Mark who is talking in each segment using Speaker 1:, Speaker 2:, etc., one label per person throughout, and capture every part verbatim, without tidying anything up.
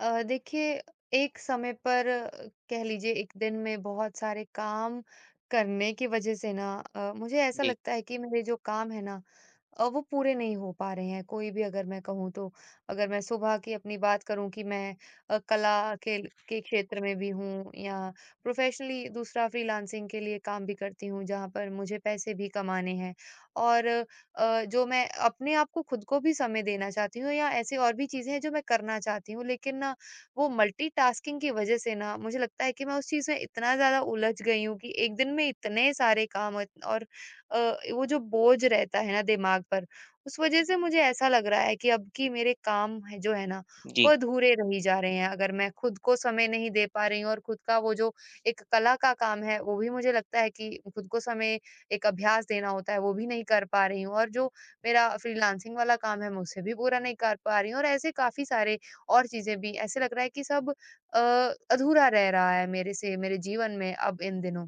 Speaker 1: अ, देखिए, एक समय पर अ, कह लीजिए एक दिन में बहुत सारे काम करने की वजह से ना अ, मुझे ऐसा
Speaker 2: जी,
Speaker 1: लगता है कि मेरे जो काम है ना अ, वो पूरे नहीं हो पा रहे हैं, कोई भी अगर मैं कहूँ तो। अगर मैं सुबह की अपनी बात करूँ कि मैं अ, कला के के क्षेत्र में भी हूँ या प्रोफेशनली दूसरा फ्रीलांसिंग के लिए काम भी करती हूँ जहाँ पर मुझे पैसे भी कमाने हैं, और अ, जो मैं अपने आप को खुद को भी समय देना चाहती हूँ या ऐसी और भी चीज़ें हैं जो मैं करना चाहती हूँ, लेकिन ना वो मल्टीटास्किंग की वजह से ना मुझे लगता है कि मैं उस चीज़ में इतना ज़्यादा उलझ गई हूँ कि एक दिन में इतने सारे काम और और, अ, वो जो बोझ रहता है ना दिमाग पर, उस वजह से मुझे ऐसा लग रहा है कि अब कि मेरे काम है जो है ना
Speaker 2: जी,
Speaker 1: वो अधूरे रही जा रहे हैं। अगर मैं खुद को समय नहीं दे पा रही हूँ और खुद का वो जो एक कला का काम है वो भी मुझे लगता है कि खुद को समय एक अभ्यास देना होता है वो भी नहीं कर पा रही हूँ, और जो मेरा फ्रीलांसिंग वाला काम है मैं उसे भी पूरा नहीं कर पा रही हूँ, और ऐसे काफ़ी सारे और चीज़ें भी ऐसे लग रहा है कि सब अ, अधूरा रह रहा है मेरे से मेरे जीवन में अब इन दिनों।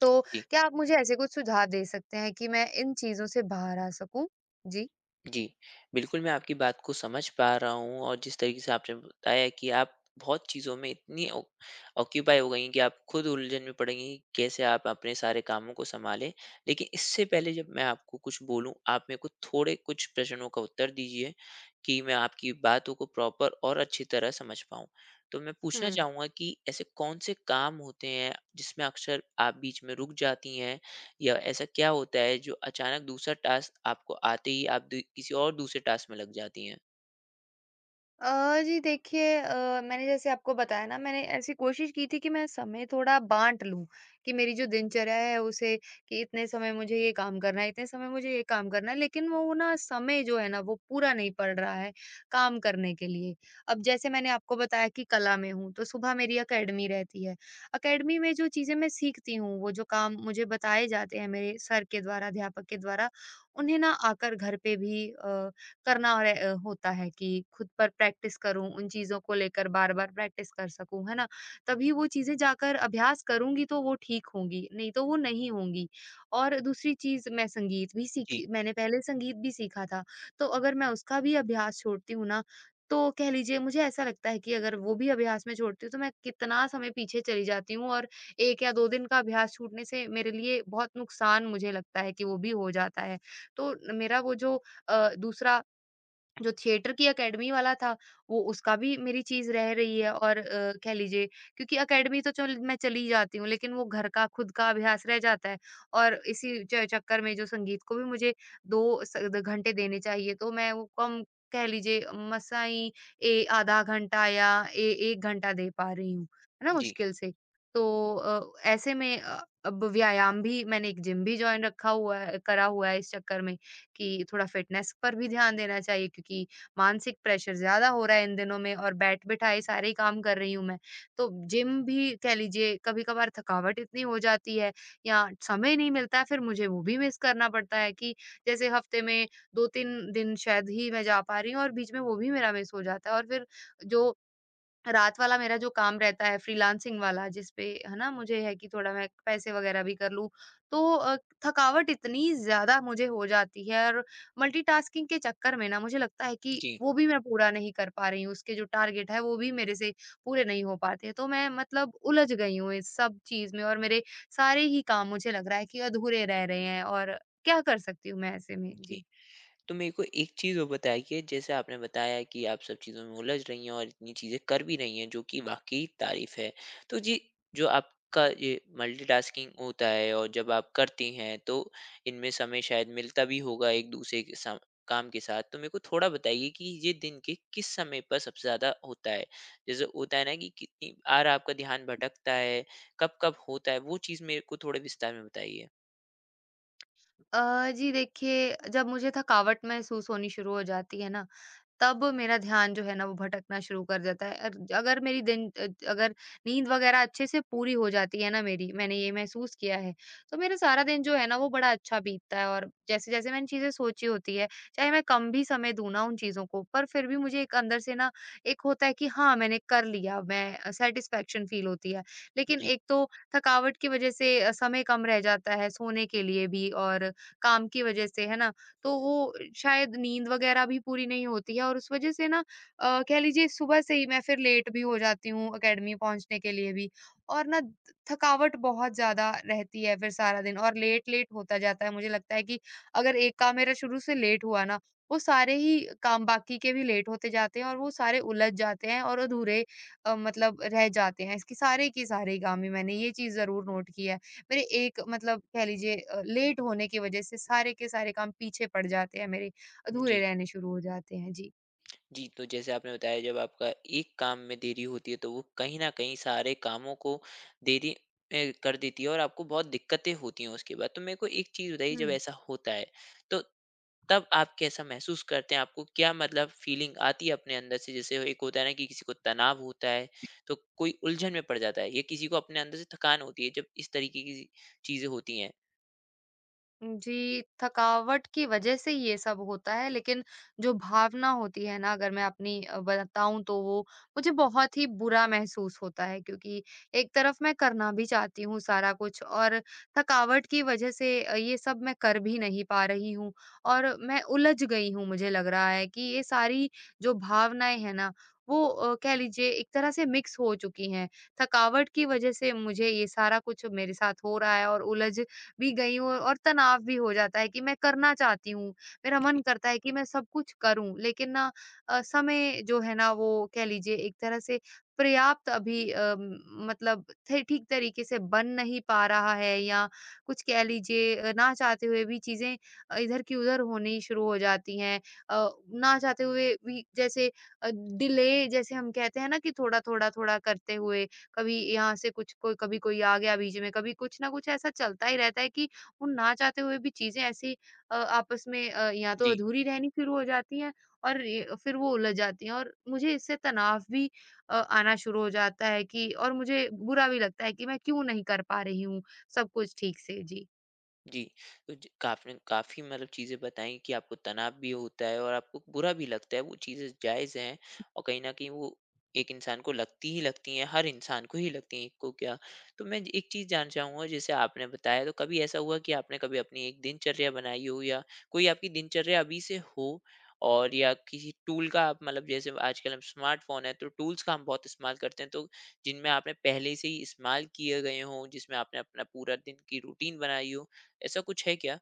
Speaker 1: तो
Speaker 2: जी,
Speaker 1: क्या आप मुझे ऐसे कुछ सुझाव दे सकते हैं कि मैं इन चीज़ों से बाहर आ सकूँ? जी।
Speaker 2: जी। बिल्कुल, मैं आपकी बात को समझ पा रहा हूँ और जिस तरीके से आपने बताया कि आप बहुत चीज़ों में इतनी ऑ ऑक्यूपाई हो गई हैं कि आप खुद उलझन में पड़ गई हैं, कि कैसे आप अपने सारे कामों को सँभालें। लेकिन इससे पहले जब मैं आपको कुछ बोलूँ, आप मेरे को थोड़े कुछ प्रश्नों का उत्तर दीजिए कि मैं आपकी बातों को प्रॉपर और अच्छी तरह समझ पाऊँ। तो मैं पूछना
Speaker 1: हम्म।
Speaker 2: चाहूँगा कि ऐसे कौन से काम होते हैं, जिसमें अक्सर आप बीच में रुक जाती हैं या ऐसा क्या होता है जो अचानक दूसरा टास्क आपको आते ही आप दू- किसी और दूसरे टास्क में लग जाती हैं।
Speaker 1: अ, जी देखिए, अ, मैंने जैसे आपको बताया ना मैंने ऐसी कोशिश की थी कि मैं समय थोड़ा बाँट लूँ, कि मेरी जो दिनचर्या है उसे कि इतने समय मुझे ये काम करना है, इतने समय मुझे ये काम करना है, लेकिन वो ना समय जो है ना वो पूरा नहीं पड़ रहा है काम करने के लिए। अब जैसे मैंने आपको बताया कि कला में हूँ, तो सुबह मेरी अकेडमी रहती है। अकेडमी में जो चीज़ें मैं सीखती हूँ, वो जो काम मुझे बताए जाते हैं मेरे सर के द्वारा, अध्यापक के द्वारा, उन्हें ना आकर घर पे भी अ, करना हो रह अ, होता है कि खुद पर प्रैक्टिस करूँ, उन चीज़ों को लेकर बार-बार प्रैक्टिस कर सकूँ, है ना? तभी वो चीज़ें जाकर अभ्यास करूँगी तो वो ठीक होंगी, नहीं तो वो नहीं होंगी। और दूसरी चीज़, मैं संगीत भी
Speaker 2: जी,
Speaker 1: सीखी, मैंने पहले संगीत भी सीखा था, तो अगर मैं उसका भी अभ्यास छोड़ती हूँ ना, तो कह लीजिए मुझे ऐसा लगता है कि अगर वो भी अभ्यास मैं छोड़ती हूँ, तो मैं कितना समय पीछे चली जाती हूँ, और एक या दो दिन का अभ्यास छूटने से मेरे लिए बहुत नुकसान मुझे लगता है कि वो भी हो जाता है। तो मेरा वो जो अ, दूसरा जो थिएटर की अकेडमी वाला था, वो उसका भी मेरी चीज़ रह रही है, और अ, कह लीजिए क्योंकि अकेडमी तो चल मैं चली जाती हूँ, लेकिन वो घर का खुद का अभ्यास रह जाता है, और इसी च चक्कर में जो संगीत को भी मुझे दो स द घंटे देने चाहिए, तो मैं वो कम, कह लीजिए मसाई ए आधा घंटा या ए एक घंटा दे पा रही हूँ, है ना?
Speaker 2: जी,
Speaker 1: मुश्किल से। तो अ, ऐसे में अ, अब व्यायाम भी, मैंने एक जिम भी जॉइन रखा हुआ है करा हुआ है इस चक्कर में कि थोड़ा फिटनेस पर भी ध्यान देना चाहिए, क्योंकि मानसिक प्रेशर ज़्यादा हो रहा है इन दिनों में और बैठ-बिठाए सारे ही काम कर रही हूँ मैं। तो जिम भी कह लीजिए कभी-कभार थकावट इतनी हो जाती है या समय नहीं मिलता है फिर मुझे वो भी मिस करना पड़ता है कि जैसे हफ्ते में दो तीन दिन शायद ही मैं जा पा रही हूँ, और बीच में वो भी मेरा मिस हो जाता है, और फिर जो रात वाला मेरा जो काम रहता है फ्रीलांसिंग वाला जिस पे है ना मुझे है कि थोड़ा मैं पैसे वगैरह भी कर लूं, तो अ, थकावट इतनी ज्यादा मुझे हो जाती है, और मल्टीटास्किंग के चक्कर में ना मुझे लगता है कि
Speaker 2: जी,
Speaker 1: वो भी मैं पूरा नहीं कर पा रही हूँ, उसके जो टारगेट है वो भी मेरे से पूरे नहीं हो पाते, तो मैं मतलब उलझ गई हूँ इस सब चीज में, और मेरे सारे ही काम मुझे लग रहा है कि अधूरे रह रहे हैं, और क्या कर सकती हूँ मैं ऐसे में,
Speaker 2: जी।
Speaker 1: जी।
Speaker 2: तो मेरे को एक चीज़ और बताइए, जैसे आपने बताया कि आप सब चीज़ों में उलझ रही हैं और इतनी चीज़ें कर भी रही हैं जो कि वाकई तारीफ़ है। तो जी, जो आपका ये मल्टीटास्किंग होता है और जब आप करती हैं तो इनमें समय शायद मिलता भी होगा एक-दूसरे के सा काम के साथ। तो मेरे को थोड़ा बताइए कि ये दिन के किस समय पर सबसे ज़्यादा होता है? जैसे होता है ना कि कितनी बार आपका ध्यान भटकता है, कब-कब होता है? वो चीज़ मेरे को थोड़े विस्तार में बताइए।
Speaker 1: अ जी देखिए, जब मुझे थकावट महसूस होनी शुरू हो जाती है ना तब मेरा ध्यान जो है ना वो भटकना शुरू कर जाता है। अर अगर मेरी दिन अ, अगर नींद वग़ैरह अच्छे से पूरी हो जाती है ना मेरी, मैंने ये महसूस किया है, तो मेरा सारा दिन जो है ना वो बड़ा अच्छा बीतता है, और जैसे-जैसे मैंने चीज़ें सोची होती है, चाहे मैं कम भी समय दूँ ना उन चीज़ों को, पर फिर भी मुझे एक अंदर से ना एक होता है कि हाँ, मैंने कर लिया, मैं अ, सैटिस्फैक्शन फ़ील होती है। लेकिन
Speaker 2: जी।
Speaker 1: एक तो थकावट की वज़ह से अ, समय कम रह जाता है सोने के लिए भी और काम की वज़ह से, है ना? तो वो शायद नींद वगैरह भी पूरी नहीं होती है, और उस वजह से ना अ, कह लीजिए सुबह से ही मैं फिर लेट भी हो जाती हूँ एकेडमी पहुंचने के लिए भी, और ना थकावट बहुत ज्यादा रहती है फिर सारा दिन, और लेट लेट होता जाता है, मुझे लगता है कि अगर एक काम मेरा शुरू से लेट हुआ ना वो सारे ही काम बाकी के भी लेट होते जाते हैं, और वो सारे उलझ जाते हैं और अधूरे अ, मतलब रह जाते हैं, इसकी सारे की सारे काम ही मैंने ये चीज जरूर नोट की है, मेरे एक मतलब कह लीजिए अ, लेट होने की वजह से सारे के सारे काम पीछे पड़ जाते हैं मेरे,
Speaker 2: जी।
Speaker 1: अधूरे रहने शुरू हो जाते हैं। जी।
Speaker 2: जी, तो जैसे आपने बताया जब आपका एक काम में देरी होती है तो वो कहीं न कहीं सारे कामों को देरी ए, कर देती है और आपको बहुत दिक्कतें होती हैं उसके बाद। तो मेरे को एक चीज़ बताइए, जब
Speaker 1: हुँ।
Speaker 2: ऐसा होता है, तो तब आप कैसा महसूस करते हैं? आपको क्या मतलब फ़ीलिंग आती है अपने अंदर से? जैसे एक होता है ना कि किसी को तनाव होता है, तो कोई उलझन में पड़ जाता है या किसी को अपने अंदर से थकान होती है, जब इस तरीके की चीज़ें होती हैं?
Speaker 1: जी, थकावट की वजह से ये सब होता है, लेकिन जो भावना होती है ना अगर मैं अपनी अ, बताऊँ तो वो मुझे बहुत ही बुरा महसूस होता है, क्योंकि एक तरफ मैं करना भी चाहती हूँ सारा कुछ, और थकावट की वजह से अ, ये सब मैं कर भी नहीं पा रही हूँ, और मैं उलझ गई हूँ, मुझे लग रहा है कि ये सारी जो भावनाएँ हैं ना वो अ, कह लीजिए एक तरह से मिक्स हो चुकी हैं। थकावट की वजह से मुझे ये सारा कुछ मेरे साथ हो रहा है, और उलझ भी गई हूँ, और तनाव भी हो जाता है कि मैं करना चाहती हूँ। मेरा मन
Speaker 2: जी,
Speaker 1: करता है कि मैं सब कुछ करूँ लेकिन ना अ, समय जो है ना वो कह लीजिए एक तरह से पर्याप्त अभी अ, मतलब थे ठीक तरीके से बन नहीं पा रहा है, या कुछ कह लीजिए अ, ना चाहते हुए भी चीज़ें अ, इधर की उधर होनी शुरू हो जाती हैं। अ, ना चाहते हुए भी जैसे अ, डिले, जैसे हम कहते हैं ना कि थोड़ा-थोड़ा, थोड़ा थोड़ा करते हुए कभी यहाँ से कुछ कोई कभी कोई आ गया बीच में, कभी कुछ ना कुछ ऐसा चलता ही रहता है, कि वो ना चाहते हुए भी चीज़ें ऐसे अ, आपस में अ, या तो
Speaker 2: जी।
Speaker 1: अधूरी रहनी शुरू हो जाती हैं, और ये फिर वो उलझ जाती हैं, और मुझे इससे तनाव भी अ, आना शुरू हो जाता है कि, और मुझे बुरा भी लगता है कि मैं क्यों नहीं कर पा रही हूँ सब कुछ ठीक से। जी।
Speaker 2: जी, तो ज काफ़ी काफ़ी मतलब चीज़ें बताई कि आपको तनाव भी होता है और आपको बुरा भी लगता है, वो चीज़ें जायज़ हैं और कहीं न कहीं वो एक इंसान को लगती ही लगती हैं, हर इंसान को ही लगती हैं, एक को क्या। तो मैं एक चीज़ जानना चाहूँगा, जैसे आपने बताया तो कभी ऐसा हुआ कि आपने कभी अपनी एक दिनचर्या बनाई हो या कोई आपकी दिनचर्या अभी से हो और या किसी टूल का आप मतलब जैसे आजकल हम स्मार्टफ़ोन है, तो टूल्स का हम बहुत इस्तेमाल करते हैं, तो जिनमें आपने पहले से ही इस्तेमाल किए गए हों, जिसमें आपने अपना पूरा दिन की रूटीन बनाई हो? ऐसा कुछ है क्या?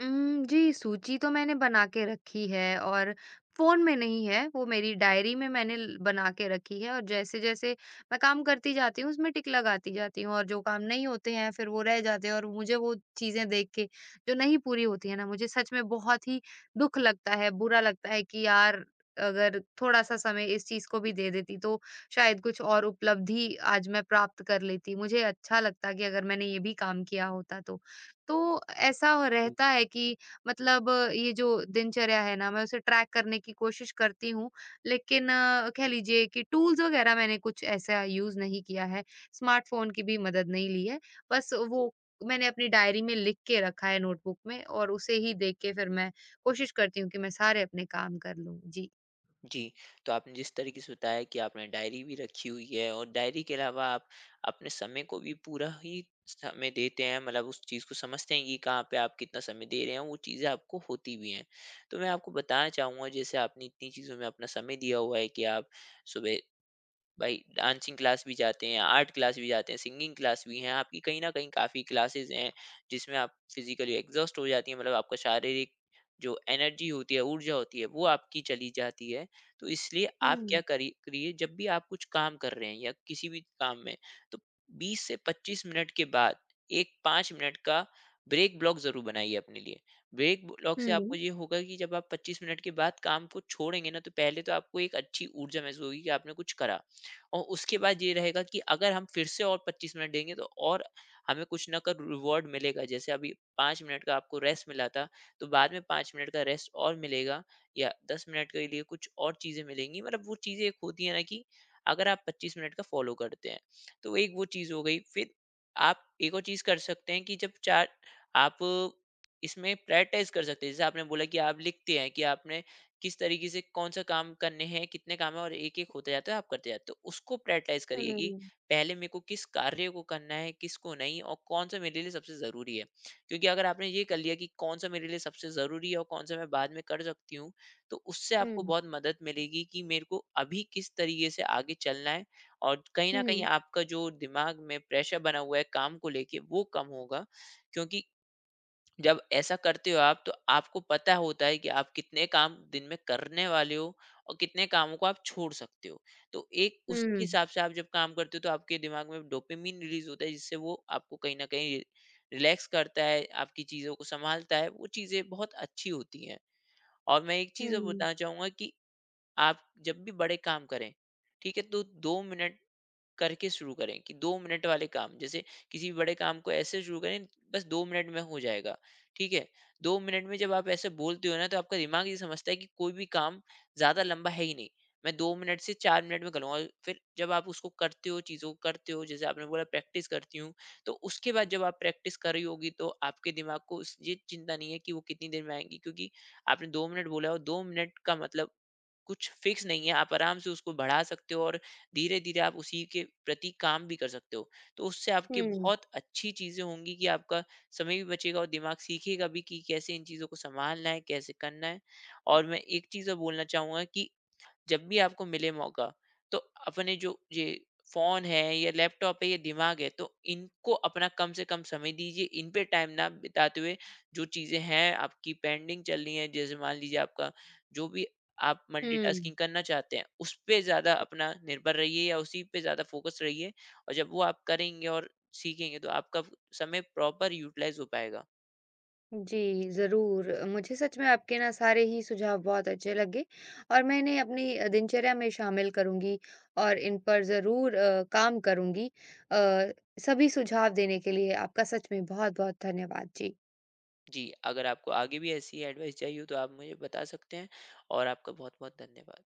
Speaker 1: उम, जी, सूची तो मैंने बना के रखी है, और फ़ोन में नहीं है, वो मेरी डायरी में मैंने ल बना के रखी है, और जैसे-जैसे मैं काम करती जाती हूँ, उसमें टिक लगाती जाती हूँ, और जो काम नहीं होते हैं, फिर वो रह जाते हैं, और मुझे वो चीज़ें देख के, जो नहीं पूरी होती हैं ना, मुझे सच में बहुत ही दुःख लगता है, बुरा लगता है कि यार, अगर थोड़ा-सा समय इस चीज़ को भी दे देती, तो शायद कुछ और उपलब्धि आज मैं प्राप्त कर लेती। मुझे अच्छा लगता कि अगर मैंने ये भी काम किया होता तो। तो ऐसा हो
Speaker 2: जी।
Speaker 1: रहता है कि मतलब अ, ये जो दिनचर्या है ना, मैं उसे ट्रैक करने की कोशिश करती हूँ, लेकिन अ, कह लीजिए कि टूल्स वगैरह मैंने कुछ ऐसा यूज़ नहीं किया है, स्मार्टफ़ोन की भी मदद नहीं ली है। बस वो मैंने अपनी डायरी में लिख के रखा है नोटबुक में, और उसे ही देख के फिर मैं कोशिश करती हूँ कि मैं सारे अपने काम कर लूँ। जी।
Speaker 2: जी, तो आपने जिस तरीके से बताया कि आपने डायरी भी रखी हुई है और डायरी के अलावा आप अपने समय को भी पूरा ही समय देते हैं, मतलब उस चीज़ को समझते हैं कि कहाँ पे आप कितना समय दे रहे हैं, वो चीज़ें आपको होती भी हैं। तो मैं आपको बताना चाहूँगा, जैसे आपने इतनी चीज़ों में अपना समय दिया हुआ है कि आप सुबह भाई डांसिंग क्लास भी जाते हैं, आर्ट क्लास भी जाते हैं, सिंगिंग क्लास भी हैं, आपकी कहीं न कहीं काफ़ी क्लासेज़ हैं, जिसमें आप फिज़िकली एग्ज़ॉस्ट हो जाती हैं, मतलब आपका शारीरिक जो एनर्जी होती है, ऊर्जा होती है, वो आपकी चली जाती है। तो इसलिए आप क्या
Speaker 1: हुँ,
Speaker 2: करी करिए, जब भी आप कुछ काम कर रहे हैं या किसी भी काम में, तो बीस से पच्चीस मिनट के बाद एक पाँच मिनट का ब्रेक ब्लॉक ज़रूर बनाइए अपने लिए। ब्रेक ब्लॉक से
Speaker 1: हुँ,
Speaker 2: आपको
Speaker 1: हुँ,
Speaker 2: ये होगा कि जब आप पच्चीस मिनट के बाद काम को छोड़ेंगे ना, तो पहले तो आपको एक अच्छी ऊर्जा महसूस होगी कि आपने कुछ करा। और उसके बाद ये रहेगा कि अगर हम फिर से और पच्चीस मिनट देंगे तो और हमें कुछ ना कुछ रिवॉर्ड मिलेगा। जैसे अभी पाँच मिनट का आपको रेस्ट मिला था, तो बाद में पाँच मिनट का रेस्ट और मिलेगा या दस मिनट के लिए कुछ और चीज़ें मिलेंगी। मतलब वो चीज़ें एक होती है ना कि अगर आप पच्चीस मिनट का फॉलो करते हैं, तो एक वो चीज़ हो गई। फिर आप एक और चीज़ कर सकते हैं कि जब चार आप इसमें प्रायोरिटाइज कर सकते हैं, जैसे आपने बोला कि आप लिखते हैं कि आपने किस तरीके से कौन सा काम करने हैं, कितने काम हैं और एक-एक होते जाता है, आप करते जाते हो। उसको प्रायोरिटाइज़ करिए कि
Speaker 1: हुँ,
Speaker 2: पहले मेरे को किस कार्य को करना है, किसको नहीं और कौन-सा मेरे लिए सबसे ज़रूरी है। क्योंकि अगर आपने ये कर लिया कि कौन-सा मेरे लिए सबसे ज़रूरी है और कौन-सा मैं बाद में कर सकती हूँ, तो उससे आपको
Speaker 1: हुँ,
Speaker 2: बहुत मदद मिलेगी कि मेरे को अभी किस तरीके से आगे चलना है और कहीं न कहीं
Speaker 1: हुँ,
Speaker 2: आपका जो दिमाग में प्रेशर बना हुआ है काम को लेके, वो कम होगा। क्योंकि जब ऐसा करते हो आप तो आपको पता होता है कि आप कितने काम दिन में करने वाले हो और कितने कामों को आप छोड़ सकते हो, तो एक उसके हिसाब से आप जब काम करते हो, तो आपके दिमाग में डोपामिन रिलीज होता है जिससे वो आपको कहीं ना कहीं रिलैक्स करता है, आपकी चीज़ों को संभालता है, वो चीज़ें बहुत अच्छी होती हैं। और मैं एक चीज़ और
Speaker 1: हुँ,
Speaker 2: बताना चाहूंगा कि आप जब भी बड़े काम करें, ठीक है, तो दो मिनट करके शुरू करें कि दो मिनट वाले काम। जैसे किसी भी बड़े काम को ऐसे शुरू करें बस दो मिनट में हो जाएगा, ठीक है? दो मिनट में जब आप ऐसे बोलते हो ना तो आपका दिमाग ये समझता है कि कोई भी काम ज़्यादा लंबा है ही नहीं। मैं दो मिनट से चार मिनट में करूँगा और फिर जब आप उसको करते हो, चीज़ों को करते हो, जैसे आपने बोला प्रैक्टिस करती हूँ, तो उसके बाद जब आप प्रैक्टिस कर रही होगी तो आपके दिमाग को उस ये चिंता नहीं है कि वो कितनी देर में आएँगी, क्योंकि आपने दो मिनट बोला और दो मिनट का मतलब कुछ फिक्स नहीं है, आप आराम से उसको बढ़ा सकते हो और धीरे-धीरे आप उसी के प्रति काम भी कर सकते हो। तो उससे आपके
Speaker 1: हुँ,
Speaker 2: बहुत अच्छी चीज़ें होंगी कि आपका समय भी बचेगा और दिमाग सीखेगा भी कि कैसे इन चीज़ों को सँभालना है, कैसे करना है। और मैं एक चीज़ और बोलना चाहूँगा कि जब भी आपको मिले मौका, तो अपने जो ये फ़ोन है या लैपटॉप है या दिमाग है तो इनको अपना कम से कम समय दीजिए। इन पे टाइम ना बिताते हुए जो चीज़ें हैं आपकी पेंडिंग चल रही हैं, जैसे मान लीजिए आपका जो भी आप
Speaker 1: हुँ।
Speaker 2: मल्टीटास्किंग करना चाहते हैं उस पे ज़्यादा अपना निर्भर रहिए या उसी पे ज़्यादा फ़ोकस रहिए और जब वो आप करेंगे और सीखेंगे तो आपका समय प्रॉपर यूटिलाइज़ हो पाएगा।
Speaker 1: जी, ज़रूर। मुझे सच में आपके ना सारे ही सुझाव बहुत अच्छे लगे, और मैं इन्हें अपनी अ, दिनचर्या में शामिल करूँगी, और इन पर ज़रूर अ, काम करूँगी। अ, सभी सुझाव देने के लिए आपका सच में बहुत-बहुत धन्यवाद। जी।
Speaker 2: जी, अगर आपको आगे भी ऐसी एडवाइस चाहिए हो तो आप मुझे बता सकते हैं और आपका बहुत-बहुत धन्यवाद।